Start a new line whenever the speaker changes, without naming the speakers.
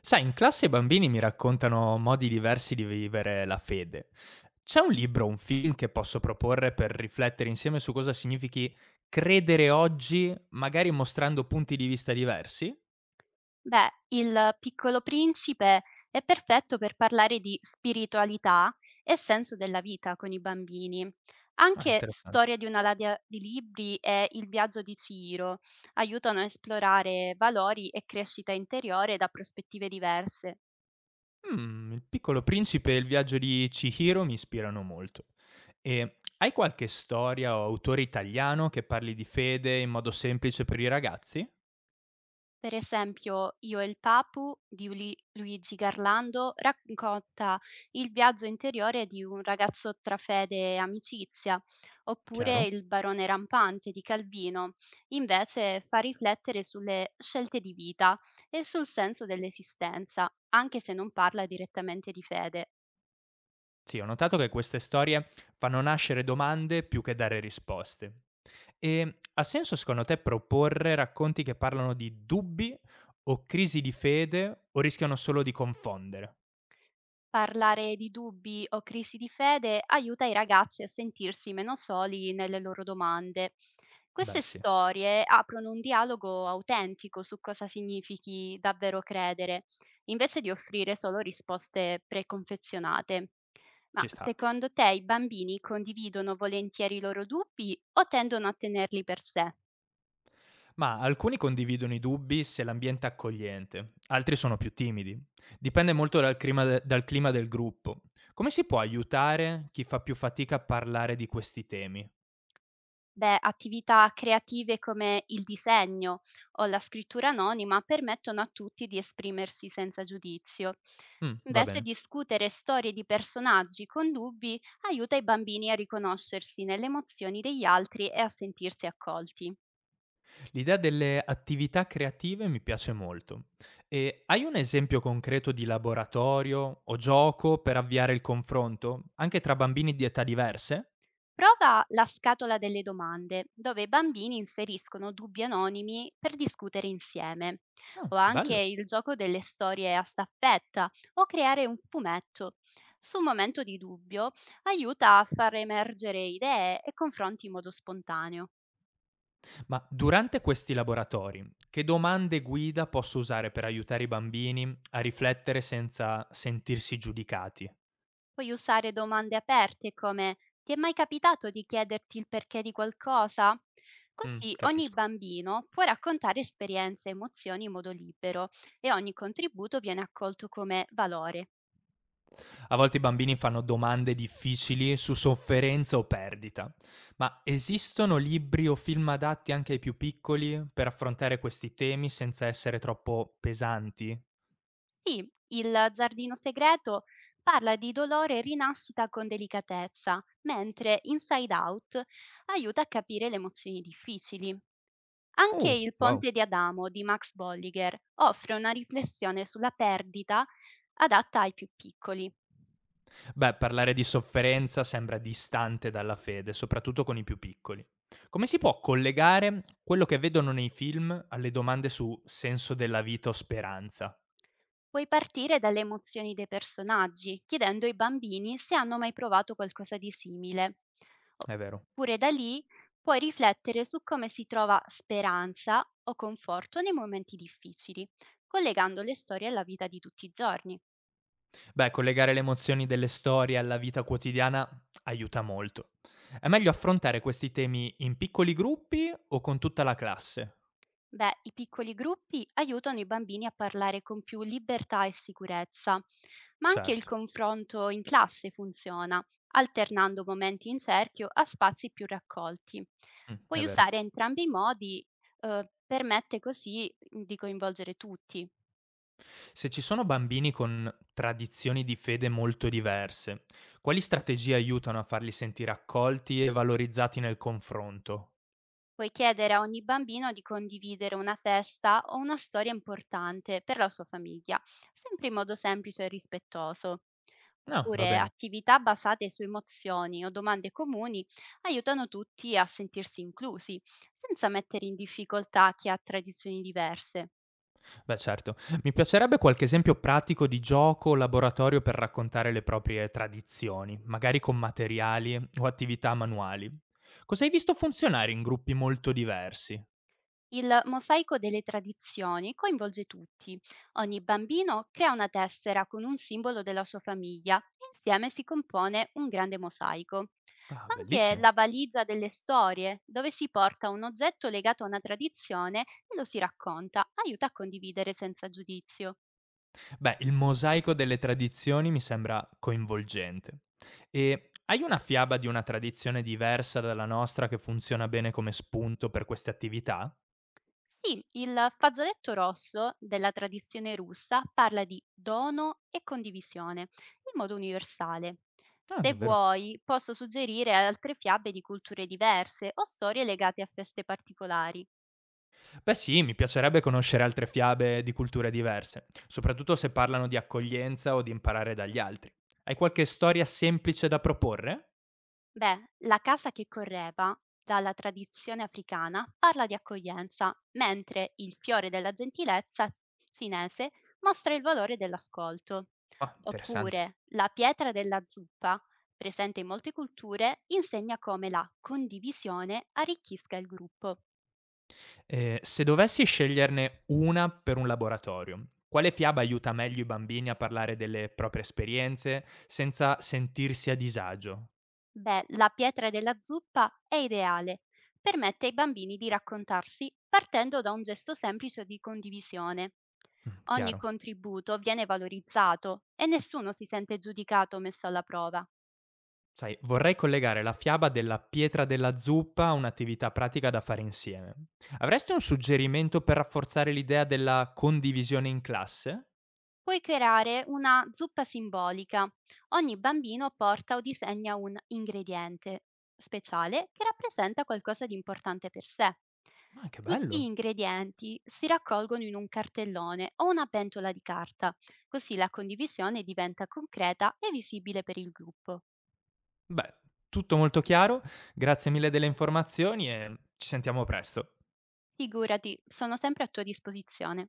Sai, in classe i bambini mi raccontano modi diversi di vivere la fede. C'è un libro, un film che posso proporre per riflettere insieme su cosa significhi credere oggi, magari mostrando punti di vista diversi?
Beh, Il Piccolo Principe è perfetto per parlare di spiritualità e senso della vita con i bambini.
Ah,
Anche
interessante.
Storia di una ladia di libri e Il viaggio di Ciro aiutano a esplorare valori e crescita interiore da prospettive diverse.
Mm, il piccolo principe e il viaggio di Chihiro mi ispirano molto. E hai qualche storia o autore italiano che parli di fede in modo semplice per i ragazzi?
Per esempio, Io e il Papu di Luigi Garlando racconta il viaggio interiore di un ragazzo tra fede e amicizia, oppure
Chiaro?
Il barone rampante di Calvino, invece fa riflettere sulle scelte di vita e sul senso dell'esistenza, anche se non parla direttamente di fede.
Sì, ho notato che queste storie fanno nascere domande più che dare risposte. E ha senso secondo te proporre racconti che parlano di dubbi o crisi di fede o rischiano solo di confondere?
Parlare di dubbi o crisi di fede aiuta i ragazzi a sentirsi meno soli nelle loro domande.
Beh
Queste
sì,
storie aprono un dialogo autentico su cosa significhi davvero credere, invece di offrire solo risposte preconfezionate. Ma
ci sta.
secondo te i bambini condividono volentieri i loro dubbi o tendono a tenerli per sé?
Ma alcuni condividono i dubbi se l'ambiente è accogliente, altri sono più timidi. Dipende molto dal clima, dal clima del gruppo. Come si può aiutare chi fa più fatica a parlare di questi temi?
Beh, attività creative come il disegno o la scrittura anonima permettono a tutti di esprimersi senza giudizio.
Mm, va
Invece
bene.
discutere storie di personaggi con dubbi aiuta i bambini a riconoscersi nelle emozioni degli altri e a sentirsi accolti.
L'idea delle attività creative mi piace molto. E hai un esempio concreto di laboratorio o gioco per avviare il confronto, anche tra bambini di età diverse?
Prova la scatola delle domande, dove i bambini inseriscono dubbi anonimi per discutere insieme,
Ah,
o anche
bello.
il gioco delle storie a staffetta, o creare un fumetto. Su un momento di dubbio aiuta a far emergere idee e confronti in modo spontaneo.
Ma durante questi laboratori, che domande guida posso usare per aiutare i bambini a riflettere senza sentirsi giudicati?
Puoi usare domande aperte come: ti è mai capitato di chiederti il perché di qualcosa?
Mm,
Così ogni
capisco.
bambino può raccontare esperienze e emozioni in modo libero e ogni contributo viene accolto come valore.
A volte i bambini fanno domande difficili su sofferenza o perdita, ma esistono libri o film adatti anche ai più piccoli per affrontare questi temi senza essere troppo pesanti?
Sì, il giardino segreto parla di dolore e rinascita con delicatezza, mentre Inside Out aiuta a capire le emozioni difficili. Anche Il
Wow.
ponte di Adamo di Max Bolliger offre una riflessione sulla perdita, adatta ai più piccoli.
Beh, parlare di sofferenza sembra distante dalla fede, soprattutto con i più piccoli. Come si può collegare quello che vedono nei film alle domande su senso della vita o speranza?
Puoi partire dalle emozioni dei personaggi, chiedendo ai bambini se hanno mai provato qualcosa di simile.
È vero.
Oppure da lì puoi riflettere su come si trova speranza o conforto nei momenti difficili, collegando le storie alla vita di tutti i giorni.
Beh, collegare le emozioni delle storie alla vita quotidiana aiuta molto. È meglio affrontare questi temi in piccoli gruppi o con tutta la classe?
Beh, i piccoli gruppi aiutano i bambini a parlare con più libertà e sicurezza, ma anche il
Certo.
confronto in classe funziona, alternando momenti in cerchio a spazi più raccolti.
Mm, è
Puoi
vero.
usare entrambi i modi, permette così di coinvolgere tutti.
Se ci sono bambini con tradizioni di fede molto diverse, quali strategie aiutano a farli sentire accolti e valorizzati nel confronto?
Puoi chiedere a ogni bambino di condividere una festa o una storia importante per la sua famiglia, sempre in modo semplice e rispettoso.
No, va
Oppure
bene.
attività basate su emozioni o domande comuni aiutano tutti a sentirsi inclusi, senza mettere in difficoltà chi ha tradizioni diverse.
Beh, certo. Mi piacerebbe qualche esempio pratico di gioco o laboratorio per raccontare le proprie tradizioni, magari con materiali o attività manuali. Cosa hai visto funzionare in gruppi molto diversi?
Il mosaico delle tradizioni coinvolge tutti. Ogni bambino crea una tessera con un simbolo della sua famiglia e insieme si compone un grande mosaico.
Ah,
Anche
bellissimo.
la valigia delle storie, dove si porta un oggetto legato a una tradizione e lo si racconta, aiuta a condividere senza giudizio.
Beh, il mosaico delle tradizioni mi sembra coinvolgente. E hai una fiaba di una tradizione diversa dalla nostra che funziona bene come spunto per queste attività?
Sì, il fazzoletto rosso della tradizione russa parla di dono e condivisione in modo universale.
Ah,
Se
davvero.
vuoi, posso suggerire altre fiabe di culture diverse o storie legate a feste particolari.
Beh sì, mi piacerebbe conoscere altre fiabe di culture diverse, soprattutto se parlano di accoglienza o di imparare dagli altri. Hai qualche storia semplice da proporre?
Beh, la casa che correva, dalla tradizione africana, parla di accoglienza, mentre il fiore della gentilezza cinese mostra il valore dell'ascolto.
Ah, interessante.
Oppure la pietra della zuppa, presente in molte culture, insegna come la condivisione arricchisca il gruppo.
Se dovessi sceglierne una per un laboratorio, quale fiaba aiuta meglio i bambini a parlare delle proprie esperienze senza sentirsi a disagio?
Beh, la pietra della zuppa è ideale. Permette ai bambini di raccontarsi partendo da un gesto semplice di condivisione.
Mm,
Ogni
chiaro.
contributo viene valorizzato e nessuno si sente giudicato o messo alla prova.
Sai, vorrei collegare la fiaba della pietra della zuppa a un'attività pratica da fare insieme. Avresti un suggerimento per rafforzare l'idea della condivisione in classe?
Puoi creare una zuppa simbolica. Ogni bambino porta o disegna un ingrediente speciale che rappresenta qualcosa di importante per sé.
Ma che
Tutti gli
bello!
ingredienti si raccolgono in un cartellone o una pentola di carta, così la condivisione diventa concreta e visibile per il gruppo.
Beh, tutto molto chiaro, grazie mille delle informazioni e ci sentiamo presto.
Figurati, sono sempre a tua disposizione.